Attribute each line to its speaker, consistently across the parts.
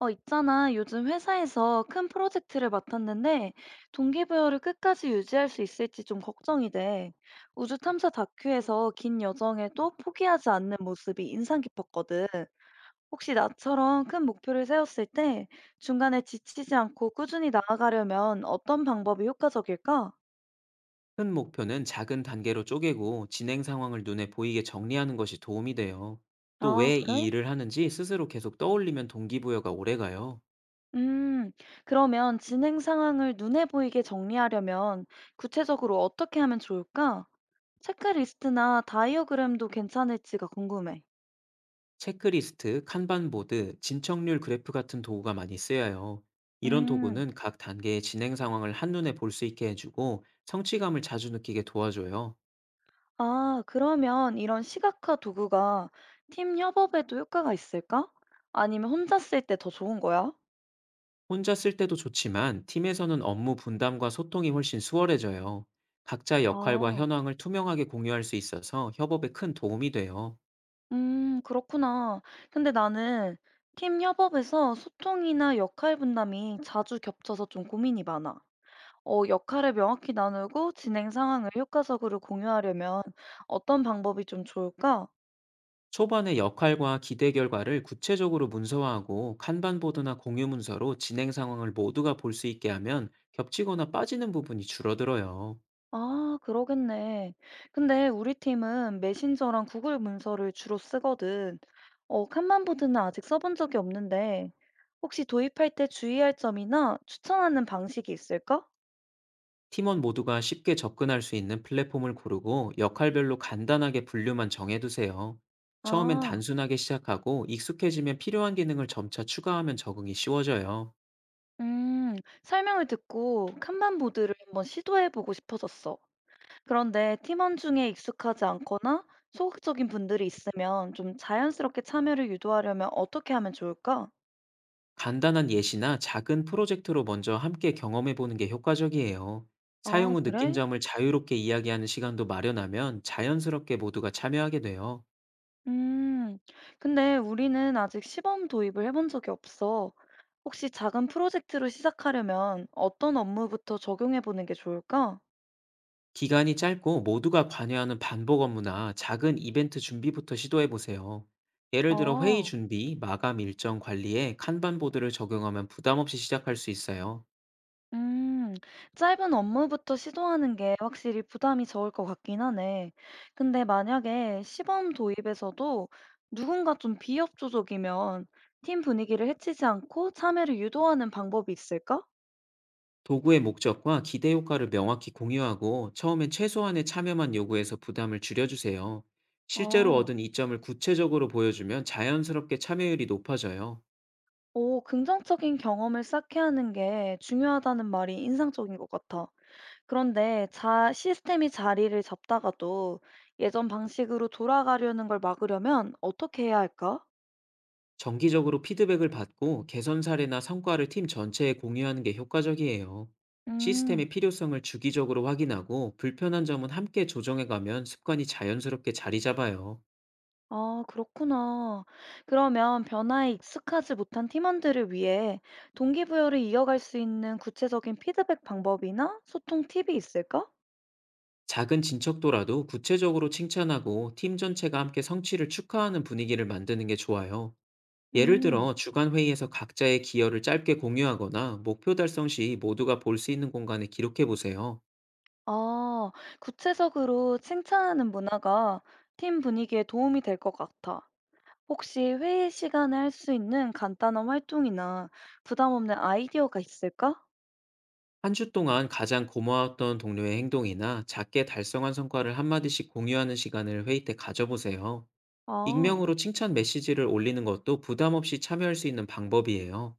Speaker 1: 있잖아. 요즘 회사에서 큰 프로젝트를 맡았는데, 동기부여를 끝까지 유지할 수 있을지 좀 걱정이 돼. 우주 탐사 다큐에서 긴 여정에도 포기하지 않는 모습이 인상 깊었거든. 혹시 나처럼 큰 목표를 세웠을 때, 중간에 지치지 않고 꾸준히 나아가려면 어떤 방법이 효과적일까?
Speaker 2: 큰 목표는 작은 단계로 쪼개고 진행 상황을 눈에 보이게 정리하는 것이 도움이 돼요. 또
Speaker 1: 아,
Speaker 2: 왜 이
Speaker 1: 그래?
Speaker 2: 일을 하는지 스스로 계속 떠올리면 동기부여가 오래가요.
Speaker 1: 음, 그러면 진행 상황을 눈에 보이게 정리하려면 구체적으로 어떻게 하면 좋을까? 체크리스트나 다이어그램도 괜찮을지가 궁금해.
Speaker 2: 체크리스트, 칸반보드, 진척률 그래프 같은 도구가 많이 쓰여요. 이런
Speaker 1: 음,
Speaker 2: 도구는 각 단계의 진행 상황을 한눈에 볼 수 있게 해주고, 성취감을 자주 느끼게 도와줘요.
Speaker 1: 아, 그러면 이런 시각화 도구가 팀 협업에도 효과가 있을까? 아니면 혼자 쓸 때 더 좋은 거야?
Speaker 2: 혼자 쓸 때도 좋지만, 팀에서는 업무 분담과 소통이 훨씬 수월해져요. 각자 역할과
Speaker 1: 아,
Speaker 2: 현황을 투명하게 공유할 수 있어서 협업에 큰 도움이 돼요.
Speaker 1: 그렇구나. 근데 나는 팀 협업에서 소통이나 역할 분담이 자주 겹쳐서 좀 고민이 많아. 역할을 명확히 나누고 진행 상황을 효과적으로 공유하려면 어떤 방법이 좀 좋을까?
Speaker 2: 초반의 역할과 기대 결과를 구체적으로 문서화하고, 칸반보드나 공유 문서로 진행 상황을 모두가 볼 수 있게 하면 겹치거나 빠지는 부분이 줄어들어요.
Speaker 1: 아, 그러겠네. 근데 우리 팀은 메신저랑 구글 문서를 주로 쓰거든. 칸만보드는 아직 써본 적이 없는데 혹시 도입할 때 주의할 점이나 추천하는 방식이 있을까?
Speaker 2: 팀원 모두가 쉽게 접근할 수 있는 플랫폼을 고르고, 역할별로 간단하게 분류만 정해두세요. 처음엔
Speaker 1: 아,
Speaker 2: 단순하게 시작하고, 익숙해지면 필요한 기능을 점차 추가하면 적응이 쉬워져요.
Speaker 1: 음, 설명을 듣고 칸만보드를 한번 시도해보고 싶어졌어. 그런데 팀원 중에 익숙하지 않거나 소극적인 분들이 있으면 좀 자연스럽게 참여를 유도하려면 어떻게 하면 좋을까?
Speaker 2: 간단한 예시나 작은 프로젝트로 먼저 함께 경험해 보는 게 효과적이에요. 사용
Speaker 1: 아,
Speaker 2: 후 느낀
Speaker 1: 그래?
Speaker 2: 점을 자유롭게 이야기하는 시간도 마련하면, 자연스럽게 모두가 참여하게 돼요.
Speaker 1: 음, 근데 우리는 아직 시범 도입을 해본 적이 없어. 혹시 작은 프로젝트로 시작하려면 어떤 업무부터 적용해 보는 게 좋을까?
Speaker 2: 기간이 짧고 모두가 관여하는 반복 업무나 작은 이벤트 준비부터 시도해 보세요. 예를 들어 회의
Speaker 1: 아.
Speaker 2: 준비, 마감 일정 관리에 칸반 보드를 적용하면 부담 없이 시작할 수 있어요.
Speaker 1: 음, 짧은 업무부터 시도하는 게 확실히 부담이 적을 것 같긴 하네. 근데 만약에 시범 도입에서도 누군가 좀 비협조적이면 팀 분위기를 해치지 않고 참여를 유도하는 방법이 있을까?
Speaker 2: 도구의 목적과 기대 효과를 명확히 공유하고, 처음엔 최소한의 참여만 요구해서 부담을 줄여주세요. 실제로
Speaker 1: 아,
Speaker 2: 얻은 이점을 구체적으로 보여주면 자연스럽게 참여율이 높아져요.
Speaker 1: 오, 긍정적인 경험을 쌓게 하는 게 중요하다는 말이 인상적인 것 같아. 그런데 자, 시스템이 자리를 잡다가도 예전 방식으로 돌아가려는 걸 막으려면 어떻게 해야 할까?
Speaker 2: 정기적으로 피드백을 받고, 개선 사례나 성과를 팀 전체에 공유하는 게 효과적이에요. 시스템의
Speaker 1: 음.
Speaker 2: 필요성을 주기적으로 확인하고, 불편한 점은 함께 조정해가면 습관이 자연스럽게 자리 잡아요.
Speaker 1: 아, 그렇구나. 그러면 변화에 익숙하지 못한 팀원들을 위해 동기부여를 이어갈 수 있는 구체적인 피드백 방법이나 소통 팁이 있을까?
Speaker 2: 작은 진척도라도 구체적으로 칭찬하고, 팀 전체가 함께 성취를 축하하는 분위기를 만드는 게 좋아요. 예를
Speaker 1: 음.
Speaker 2: 들어 주간 회의에서 각자의 기여를 짧게 공유하거나, 목표 달성 시 모두가 볼 수 있는 공간에 기록해 보세요.
Speaker 1: 아, 구체적으로 칭찬하는 문화가 팀 분위기에 도움이 될 것 같아. 혹시 회의 시간에 할 수 있는 간단한 활동이나 부담 없는 아이디어가 있을까?
Speaker 2: 한 주 동안 가장 고마웠던 동료의 행동이나 작게 달성한 성과를 한마디씩 공유하는 시간을 회의 때 가져보세요.
Speaker 1: 아.
Speaker 2: 익명으로 칭찬 메시지를 올리는 것도 부담 없이 참여할 수 있는 방법이에요.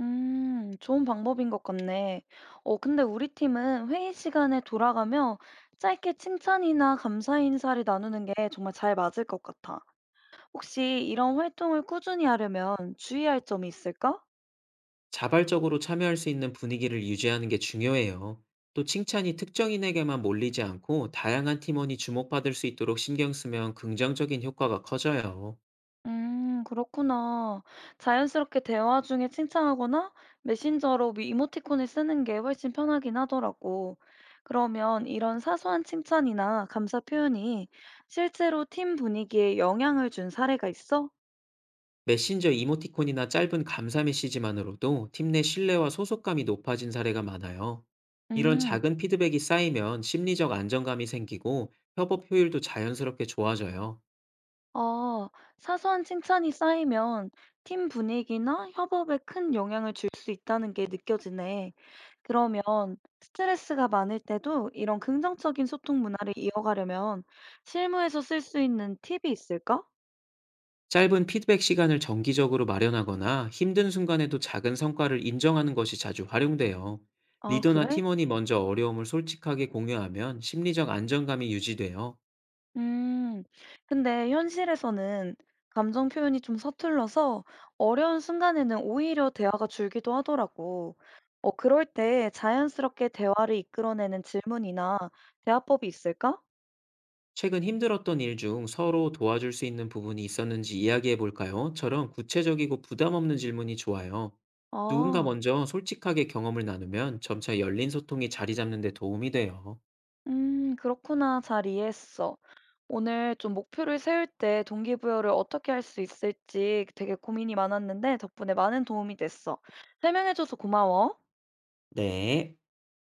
Speaker 1: 좋은 방법인 것 같네. 근데 우리 팀은 회의 시간에 돌아가며 짧게 칭찬이나 감사 인사를 나누는 게 정말 잘 맞을 것 같아. 혹시 이런 활동을 꾸준히 하려면 주의할 점이 있을까?
Speaker 2: 자발적으로 참여할 수 있는 분위기를 유지하는 게 중요해요. 또 칭찬이 특정인에게만 몰리지 않고, 다양한 팀원이 주목받을 수 있도록 신경 쓰면 긍정적인 효과가 커져요.
Speaker 1: 그렇구나. 자연스럽게 대화 중에 칭찬하거나 메신저로 이모티콘을 쓰는 게 훨씬 편하긴 하더라고. 그러면 이런 사소한 칭찬이나 감사 표현이 실제로 팀 분위기에 영향을 준 사례가 있어?
Speaker 2: 메신저 이모티콘이나 짧은 감사 메시지만으로도 팀 내 신뢰와 소속감이 높아진 사례가 많아요. 이런
Speaker 1: 음.
Speaker 2: 작은 피드백이 쌓이면 심리적 안정감이 생기고, 협업 효율도 자연스럽게 좋아져요.
Speaker 1: 아, 사소한 칭찬이 쌓이면 팀 분위기나 협업에 큰 영향을 줄 수 있다는 게 느껴지네. 그러면 스트레스가 많을 때도 이런 긍정적인 소통 문화를 이어가려면 실무에서 쓸 수 있는 팁이 있을까?
Speaker 2: 짧은 피드백 시간을 정기적으로 마련하거나, 힘든 순간에도 작은 성과를 인정하는 것이 자주 활용돼요.
Speaker 1: 아,
Speaker 2: 리더나
Speaker 1: 그래?
Speaker 2: 팀원이 먼저 어려움을 솔직하게 공유하면 심리적 안정감이 유지돼요.
Speaker 1: 음. 근데 현실에서는 감정 표현이 좀 서툴러서 어려운 순간에는 오히려 대화가 줄기도 하더라고. 그럴 때 자연스럽게 대화를 이끌어내는 질문이나 대화법이 있을까?
Speaker 2: "최근 힘들었던 일 중 서로 도와줄 수 있는 부분이 있었는지 이야기해 볼까요? 처럼 구체적이고 부담 없는 질문이 좋아요. 누군가
Speaker 1: 아,
Speaker 2: 먼저 솔직하게 경험을 나누면 점차 열린 소통이 자리 잡는 데 도움이 돼요.
Speaker 1: 그렇구나. 잘 이해했어. 오늘 좀 목표를 세울 때 동기부여를 어떻게 할 수 있을지 되게 고민이 많았는데 덕분에 많은 도움이 됐어. 설명해줘서 고마워.
Speaker 2: 네.